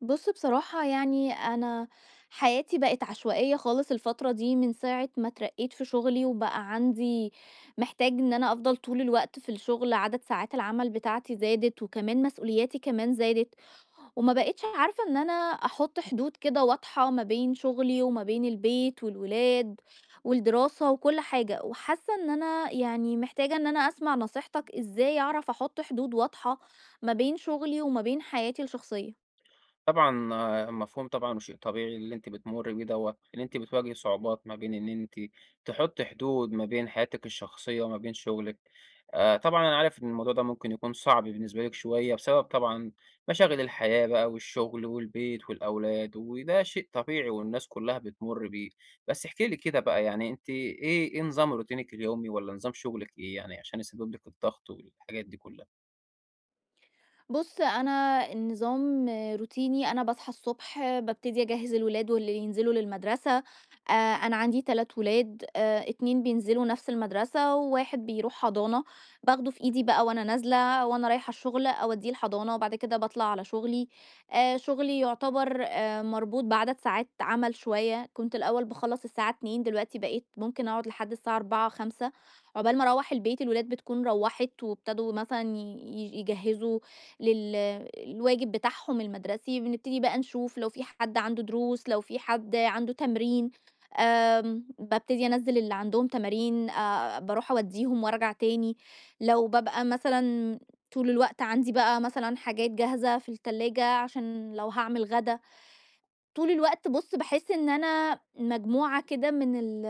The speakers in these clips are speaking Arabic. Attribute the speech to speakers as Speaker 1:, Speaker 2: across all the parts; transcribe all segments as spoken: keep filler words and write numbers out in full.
Speaker 1: بُص بصراحة يعني أنا حياتي بقت عشوائية خالص الفترة دي من ساعة ما اترقيت في شغلي، وبقى عندي محتاج إن أنا أفضل طول الوقت في الشغل، عدد ساعات العمل بتاعتي زادت، وكمان مسؤولياتي كمان زادت، وما بقيتش عارفة إن أنا أحط حدود كده واضحة ما بين شغلي وما بين البيت والولاد والدراسة وكل حاجة، وحاسة إن أنا يعني محتاجة إن أنا أسمع نصيحتك إزاي أعرف أحط حدود واضحة ما بين شغلي وما بين حياتي الشخصية.
Speaker 2: طبعًا آه، مفهوم طبعًا وشيء طبيعي اللي أنتِ بتمُرّي بيه دوّة، إن أنتِ بتواجهي صعوبات ما بين إن أنتِ تحُطّي حدود ما بين حياتِك الشخصية وما بين شُغلِك. آآ طبعًا أنا عارف إن الموضوع ده ممكن يكون صعب بالنسبة لِك شوية بسبب طبعًا مشاغل الحياة بقى والشُغل والبيت والأولاد، وده شيء طبيعي والناس كُلّها بتمُر بيه. بس احكي لي كده بقى، يعني أنتِ إيه إيه نظام روتينِك اليومي والّا نظام شُغلِك إيه، يعني عشان يسبب لِك الضغط والحاجات دي كُلّها؟
Speaker 1: بُص، أنا النظام روتيني، أنا باصحى الصبح بابتدي أجهّز الولاد واللي ينزلوا للمدرسة، آآ أنا عندي تلات ولاد، آآ اتنين بينزلوا نفس المدرسة، وواحد بيروح حضانة، باخده في إيدي بقى وأنا نازلة، وأنا رايحة الشغل أودّيه الحضانة، وبعد كده باطلع على شغلي، آآ شغلي يعتبر آآ مربوط بعدد ساعات عمل شوية، كنت الأول باخلّص الساعة اتنين، دلوقتي بقيت ممكن أقعد لحد الساعة اربعة، خمسة عقبال ما أروّح البيت. الولاد بتكون روّحت وابتدوا مثلًا ي يجهّزوا للواجب بتاعهم المدرسي، بنبتدي بقى نشوف لو في حد عنده دروس، لو في حد عنده تمرين. أم، ببتدي انزل اللي عندهم تمارين، أه، بروح اوديهم وارجع تاني. لو ببقى مثلا طول الوقت عندي بقى مثلا حاجات جاهزة في التلاجة عشان لو هعمل غدا طول الوقت. بُص، باحس إن أنا مجموعة كده من ال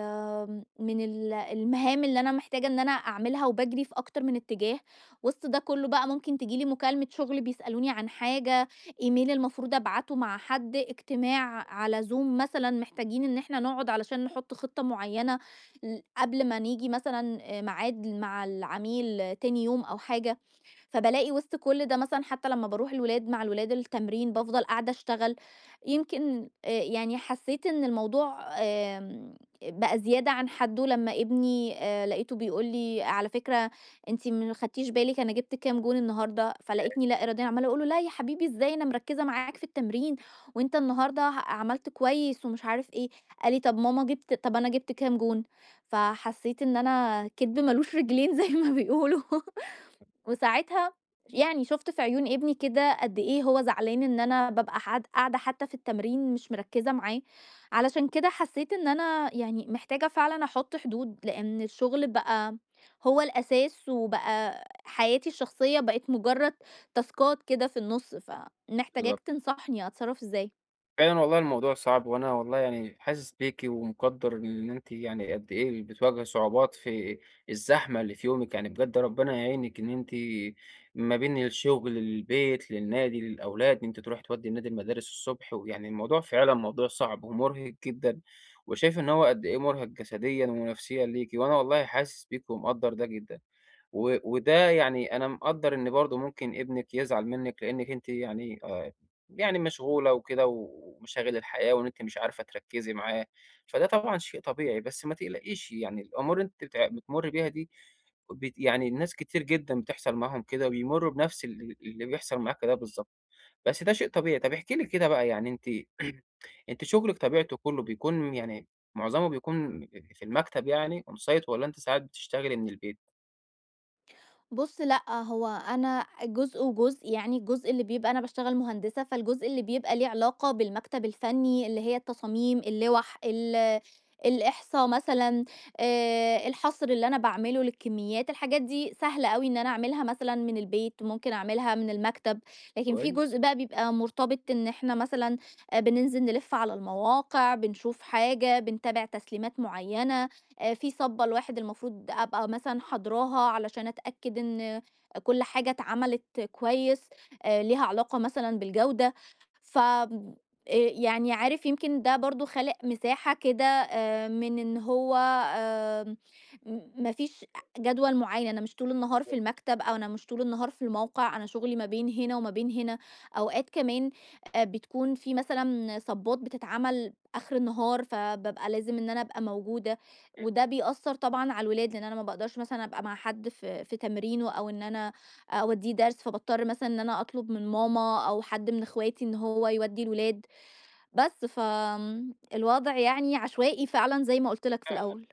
Speaker 1: من ال المهام اللي أنا محتاجة إن أنا أعملها وباجري في أكتر من اتجاه، وسط ده كله بقى ممكن تيجي لي مكالمة شغل بيسألوني عن حاجة، إيميل المفروض أبعته مع حد، اجتماع على Zoom مثلًا محتاجين إن إحنا نقعد علشان نحط خطة معينة ل قبل ما نيجي مثلًا آآ ميعاد مع العميل تاني يوم أو حاجة. فبالاقي وسط كل ده مثلًا حتى لمّا باروح الولاد مع الولاد التمرين، بافضل قاعدة أشتغل، يمكن آآ يعني حسيت إن الموضوع آمم بقى زيادة عن حدُّه لمّا ابني آآ لقيته بيقول لي: "على فكرة أنتِ ما خدتيش بالِك أنا جِبت كام جون النهارده."
Speaker 2: ياه!
Speaker 1: فلاقيتني لا إراديًا عمّالة أقول له: "لا يا حبيبي إزاي أنا مركّزة معاك في التمرين، وأنت النهارده ه عملت كويس." ومش عارف إيه، قال لي: "طَب ماما جِبت، طَب أنا جِبت كام جون؟" فحسيت إن أنا كدب ما لوش رجلين زي ما بيقولوا. وساعتها يعني شُفت في عيون ابني كده قد إيه هو زعلان إن أنا بابقى حد قاعدة حتى في التمرين مش مركّزة معاه، علشان كده حسّيت إن أنا يعني محتاجة فعلًا أحُط حدود، لإن الشغل بقى هو الأساس وبقى حياتي الشخصية بقت مجرّد تاسكات كده في النُص،
Speaker 2: بالضبط.
Speaker 1: فمحتاجاك تنصحني أتصرّف إزاي؟
Speaker 2: فعلًا والله الموضوع صعب، وأنا والله يعني حاسس بيكِ ومقدّر إن أنتِ يعني قد إيه بتواجهي صعوبات في الزحمة اللي في يومِك، يعني بجد ربنا يعينِك إن أنتِ ما بين الشغل، للبيت، للنادي، للأولاد، إن أنتِ تروحي تودّي النادي المدارس الصبح، ويعني الموضوع فعلًا موضوع صعب ومُرهق جدًا، وشايف إن هو قد إيه مُرهق جسديًا ونفسيًا ليكِ، وأنا والله حاسس بيكِ ومقدّر ده جدًا. و وده يعني أنا مقدّر إن برضه ممكن ابنِك يزعل منِّك، لإنِّك أنتِ يعني آآ، يعني مشغولة وكده و- ومشاغل الحياة، وإن أنتِ مش عارفة تركّزي معاه، فده طبعًا شيء طبيعي. بس ما تقلقيش، يعني الأمور اللي أنتِ بتع بتمُرّي بيها دي بت يعني ناس كتير جدًا بتحصل معاهم كده وبيمُرّوا بنفس ال اللي بيحصل معاكِ ده بالضبط، بس ده شيء طبيعي. طَب احكي لي كده بقى يعني أنتِ أنتِ شغلِك طبيعته كُلّه بيكون يعني معظمه بيكون في المكتب، يعني on site، والّا أنتِ ساعات بتشتغلي من البيت؟
Speaker 1: بُص لأ، هو أنا جزء وجزء، يعني الجزء اللي بيبقى أنا باشتغل مهندسة، فالجزء اللي بيبقى ليه علاقة بالمكتب الفني اللي هي التصاميم، اللوح، ال الإحصا مثلًا، آآ الحصر اللي أنا باعمله للكميات، الحاجات دي سهلة أوي إن أنا أعملها مثلًا من البيت، ممكن أعملها من المكتب، لكن في
Speaker 2: كويس.
Speaker 1: جزء بقى بيبقى مرتبط إن إحنا مثلًا آآ بننزل نلِف على المواقع، بنشوف حاجة، بنتابع تسليمات معيّنة، آه، في صبة الواحد المفروض أبقى مثلا حضراها علشان أتأكد إن كل حاجة اتعملت كويس، آه، ليها علاقة مثلا بالجودة. ف إيه يعني عارف يمكن ده برضو خلق مساحة كده، آه، من ان هو آه، م- مفيش جدول معين، انا مش طول النهار في المكتب او انا مش طول النهار في الموقع، انا شغلي ما بين هنا وما بين هنا. اوقات كمان آه، بتكون في مثلا صبات بتتعمل اخر النهار فببقى لازم ان انا ابقى موجودة، وده بيأثّر طبعًا على الولاد، لإن أنا ما باقدرش مثلًا أبقى مع حد في في تمرينه أو إن أنا أودّيه درس، فباضطر مثلًا إن أنا أطلب من ماما أو حد من إخواتي إن هو يودّي الولاد، بس فآمم، الوضع يعني عشوائي فعلًا زي ما قُلت لك في الأول.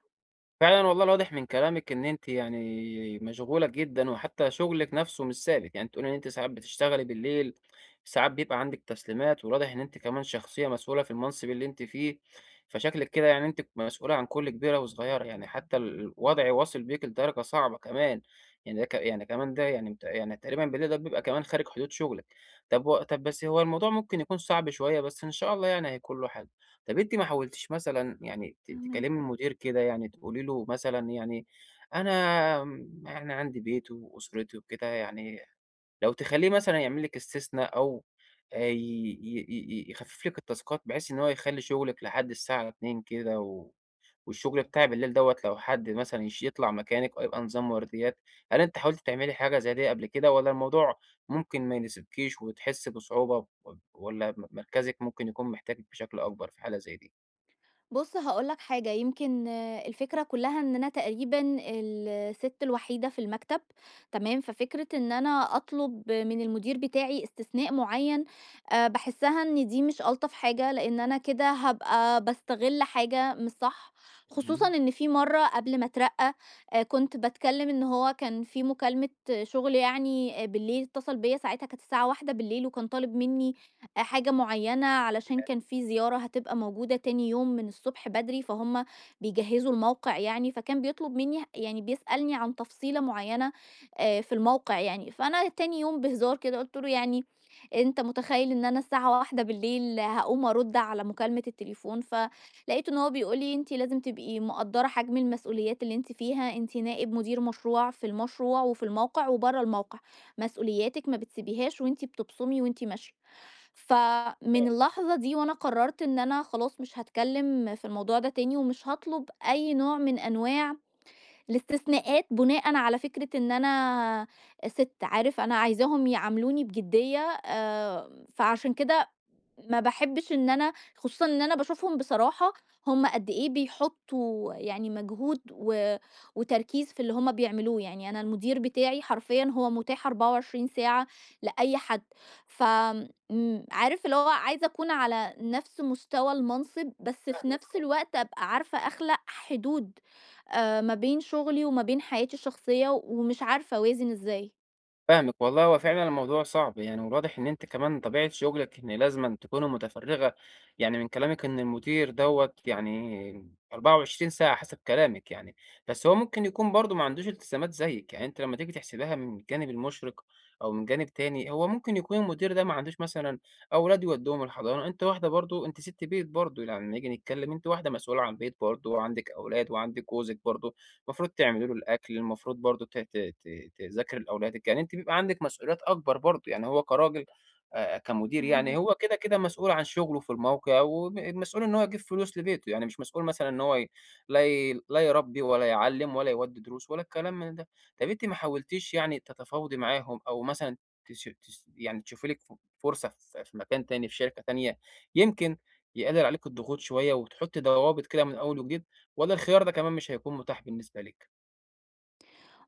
Speaker 2: فعلًا والله الواضح من كلامِك إن أنتِ يعني مشغولة جدًا، وحتى شغلِك نفسه مش ثابت، يعني بتقولي إن أنتِ ساعات بتشتغلي بالليل، ساعات بيبقى عندِك تسليمات، والواضح إن أنتِ كمان شخصية مسؤولة في المنصب اللي أنتِ فيه، فشكلِك كده يعني أنتِ مسؤولة عن كل كبيرة وصغيرة، يعني حتى ال الوضع واصل بيكِ لدرجة صعبة كمان، يعني ده ك يعني كمان ده يعني مت يعني تقريبًا بالليل ده بيبقى كمان خارج حدود شغلِك. طب و طب بس هو الموضوع ممكن يكون صعب شوية، بس إن شاء الله يعني هيكون له حل. طب أنتِ ما حاولتيش مثلًا، يعني ت تكلمي
Speaker 1: فاهماك.
Speaker 2: المدير، كده يعني تقولي له مثلًا، يعني أنا م أنا عندي بيت وأسرتي وكده، يعني لو تخلّيه مثلًا يعمل لِك استثناء، أو آآ ي ي ي يخفف لِك التاسكات بحيث إن هو يخلّي شغلِك لحد الساعة اتنين كده، و والشغل بتاع بالليل دوّة لو حد مثلًا يش يطلع مكانِك، أو يبقى نظام ورديات. هل أنتِ حاولتِ تعملي حاجة زي دي قبل كده والّا الموضوع ممكن ما يناسبكيش وتحسّي بصعوبة، و والّا م مركزِك ممكن يكون محتاجِك بشكل أكبر في حالة زي دي؟
Speaker 1: بُص هاقول لك حاجة، يمكن آه، الفكرة كلّها إن أنا تقريبًا السِت الوحيدة في المكتب، تمام؟ ففكرة إن أنا أطلب من المدير بتاعي استثناء معيّن آآ باحسّها إن دي مش ألطف حاجة، لإن أنا كده هابقى باستغل حاجة مش صح، خصوصًا
Speaker 2: اهم.
Speaker 1: إن في مرّة قبل ما أترقّى آآ كنت باتكلّم إن هو كان في مكالمة شُغل يعني آه، بالليل، اتصل بيّا ساعتها كانت الساعة واحدة وكان طالب منّي آآ حاجة معيّنة علشان كان في زيارة هتبقى موجودة تاني يوم من الصبح بدري، فهُم بيجهّزوا الموقع يعني، فكان بيطلب منّي يعني بيسألني عن تفصيلة معيّنة آآ في الموقع يعني، فأنا تاني يوم بهزار كده قُلت له: "يعني أنت متخيّل إن أنا الساعة واحدة هاقوم أرُد على مكالمة التليفون؟" فلقيته إن هو بيقول لي: "أنتِ لازم تبقي مقدّرة حجم المسؤوليات اللي أنتِ فيها، أنتِ نائب مدير مشروع في المشروع وفي الموقع وبرّه الموقع، مسؤولياتِك ما بتسيبيهاش وأنتِ بتبصمي وأنتِ ماشية." فمن اللحظة دي وأنا قررت إن أنا خلاص مش هاتكلم في الموضوع ده تاني، ومش هاطلب أي نوع من أنواع الاستثناءات بناءً على فكرة إن أنا سِت، عارف أنا عايزاهم يعاملوني بجدية، آآ، فعشان كده ما باحبش إن أنا، خصوصًا إن أنا باشوفهم بصراحة هم قد إيه بيحطّوا يعني مجهود و وتركيز في اللي هم بيعملوه، يعني أنا المدير بتاعي حرفيًا هو متاح اربعة وعشرين ساعة لأي حد، ف امم، عارف اللي هو عايزة أكون على نفس مستوى المنصب، بس في نفس
Speaker 2: فاهمِك.
Speaker 1: الوقت أبقى عارفة أخلق حدود آآ، ما بين شغلي وما بين حياتي الشخصية، ومش عارفة أوازن إزاي.
Speaker 2: فاهمِك والله، هو فعلًا الموضوع صعب يعني، والواضح إن أنتِ كمان طبيعة شغلِك إن لازمًا تكوني متفرغة، يعني من كلامِك إن المدير دوّة يعني أربعة وعشرين ساعة حسب كلامِك يعني، بس هو ممكن يكون برضه ما عندوش التزامات زيِّك. يعني أنتِ لمّا تيجي تحسبيها من الجانب المشرق أو من جانب تاني، هو ممكن يكون المدير ده ما عندوش مثلًا أولاد يودّوهم الحضانة. أنتِ واحدة برضه، أنتِ سِت بيت برضه، يعني لمّا نيجي نتكلم أنتِ واحدة مسؤولة عن بيت برضه، وعندِك أولاد وعندِك جوزِك برضه، المفروض تعملي له الأكل، المفروض برضه ت ت ت تذاكري لأولادِك، يعني أنتِ بيبقى عندِك مسؤوليات أكبر برضه. يعني هو كراجل، آآ كمدير، يعني
Speaker 1: فاهماك.
Speaker 2: هو كده، كده مسؤول عن شغله في الموقع، وم مسؤول إن هو يجيب فلوس لبيته، يعني مش مسؤول مثلًا إن هو ي لا ي لا يربّي ولا يعلّم ولا يودّي دروس ولا الكلام من ده. طب أنتِ ما حاولتيش يعني تتفاوضي معاهم، أو مثلًا تش تس يعني تشوفي لِك ف فرصة في في مكان تاني، في شركة تانية، يمكن يقلل عليكِ الضغوط شوية وتحطّي ضوابط كده من أول وجديد؟ ولا الخيار ده كمان مش هيكون متاح بالنسبة لِك؟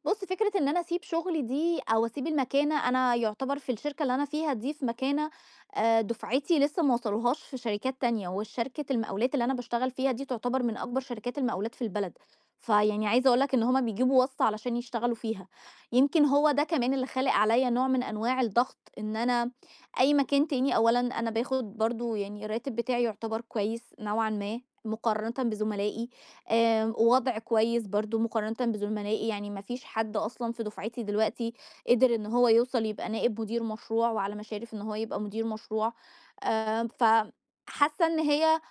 Speaker 1: بُص، فكرة إن أنا أسيب شغلي دي أو أسيب المكانة، أنا يُعتبر في الشركة اللي أنا فيها دي في مكانة آآ دُفعتي لسه ما وصلوهاش في شركات تانية، والشركة المقاولات اللي أنا باشتغل فيها دي تُعتبر من أكبر شركات المقاولات في البلد، فيعني عايزة أقول لك إن هُم بيجيبوا واسطة علشان يشتغلوا فيها، يمكن هو ده كمان اللي خالق عليَّ نوع من أنواع الضغط، إن أنا أي مكان تاني أولًا أنا باخد برضه يعني الراتب بتاعي يُعتبر كويس نوعًا ما مقارنةً بزملائي، آآ وضع كويس برضه مقارنةً بزملائي، يعني ما فيش حد أصلًا في دفعتي دلوقتي قدر إن هو يوصل يبقى نائب مدير مشروع وعلى مشارف إن هو يبقى مدير مشروع، آآ ف حاسة إن هي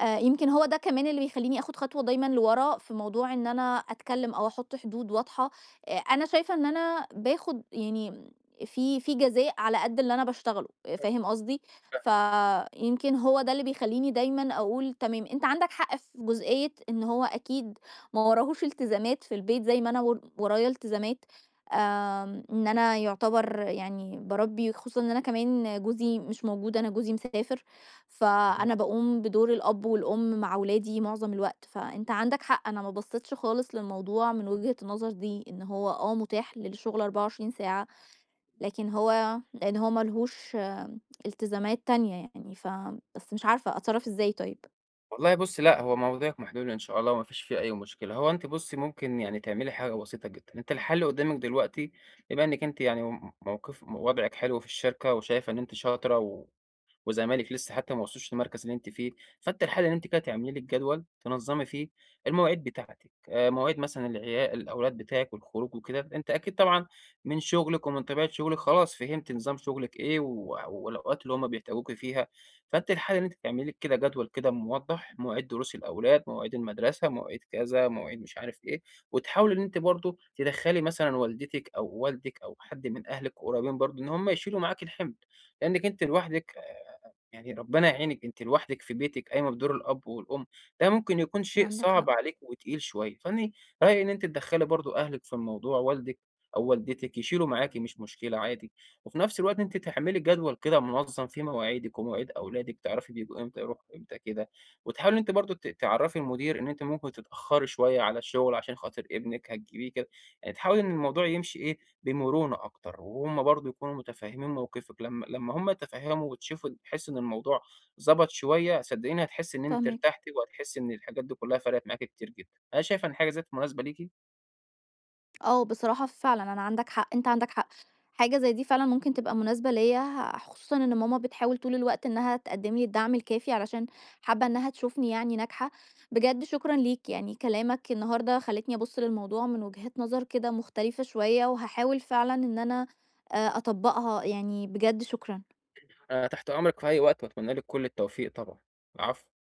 Speaker 1: آآ يمكن هو ده كمان اللي بيخلّيني آخُد خطوة دايمًا لورا في موضوع إن أنا أتكلّم أو أحُط حدود واضحة، آآ أنا شايفة إن أنا باخُد يعني في في جزاء على قد اللي أنا باشتغله، فاهم قصدي؟ فيمكن هو ده اللي بيخلّيني دايمًا أقول تمام، أنت عندك حق في جزئية إن هو أكيد ما وراهوش التزامات في البيت زي ما أنا ور ورايا التزامات، آمم إن أنا يُعتبر يعني باربّي، خصوصًا إن أنا كمان جوزي مش موجود، أنا جوزي مسافر. فأنا باقوم بدور الأب والأم مع ولادي معظم الوقت، فأنت عندك حق أنا ما بصيتش خالص للموضوع من وجهة النظر دي، إن هو آه متاح للشغل اربعة وعشرين ساعة، لكن هو لإن هو ما لهوش التزامات تانية يعني، ف بس مش عارفة أتصرّف إزاي طيب؟
Speaker 2: والله بُصّي، لأ، هو مواضيعِك محلولة إن شاء الله وما فيش فيه أي مشكلة. هو أنتِ بُصّي، ممكن يعني تعملي حاجة بسيطة جدًا. أنتِ الحل قدّامِك دلوقتي، بما إنِّك أنتِ يعني م موقف وضعِك حلو في الشركة وشايفة إن أنتِ شاطرة، و وزمالك لسه حتى ما وصلوش للمركز اللي أنتِ فيه. فأنتِ الحل إن أنتِ كده تعملي لِك جدول تنظّمي فيه المواعيد بتاعتِك، آآ مواعيد مثلًا العيا الأولاد بتاعِك والخروج وكده. أنتِ أكيد طبعًا من شغلِك ومن طبيعة شغلِك خلاص فهمتِ نظام شغلِك إيه، و والأوقات اللي هُم بيحتاجوكِ فيها. فأنتِ الحل إن أنتِ تعملي لِك كده جدول كده موضّح مواعيد دروس الأولاد، مواعيد المدرسة، مواعيد كذا، مواعيد مش عارف إيه، وتحاولي إن أنتِ برضه تدخّلي مثلًا والدتِك أو والدِك أو حد من أهلِك قريبين برضه إن هُم يشيلوا معاكِ الحِمل، لإنِّك أنتِ لوحدِك، يعني ربنا يعينِك، أنتِ لوحدِك في بيتِك قايمة بدور الأب والأم، ده ممكن يكون شيء
Speaker 1: عندك حق،
Speaker 2: صعب عليكِ وتقيل شوية. فأنا رأيي إن أنتِ تدخّلي برضه أهلِك في الموضوع، والدِك أو والدتِك يشيلوا معاكِ مش مشكلة عادي، وفي نفس الوقت أنتِ تعملي جدول كده منظم فيه مواعيدِك ومواعيد أولادِك، تعرفي بييجوا إمتى يروحوا إمتى كده، وتحاولي أنتِ برضه ت تعرفي المدير إن أنتِ ممكن تتأخري شوية على الشغل عشان خاطر ابنِك هتجيبيه كده. تحاول إن الموضوع يمشي إيه، بمرونة أكتر، وهُم برضه يكونوا متفهمين موقفِك، لمّا لمّا هُم يتفهموا وتشوف تحسي إن الموضوع ظبط شوية، صدقيني هتحسي إن أنتِ
Speaker 1: فاهماك.
Speaker 2: ارتحتِ، وهتحسي إن الحاجات دي كلها فرقت معاكِ كتير جدًا. أنا شايف إن حاجة زي ديّة مناسبة ليكِ.
Speaker 1: آه، بصراحة فعلًا أنا عندك حق، أنت عندك حق. حاجة زي دي فعلًا ممكن تبقى مناسبة ليّا، خصوصًا إن ماما بتحاول طول الوقت إنها تقدّم لي الدعم الكافي علشان حابة إنها تشوفني يعني ناجحة. بجد شكرًا ليك، يعني كلامك النهارده خلّتني أبُص للموضوع من وجهات نظر كده مختلفة شوية، وهاحاول فعلًا إن أنا آآ أطبّقها، يعني بجد شكرًا.
Speaker 2: أنا تحت أمرِك في أي وقت، وأتمنى لِك كل التوفيق طبعًا. العفو.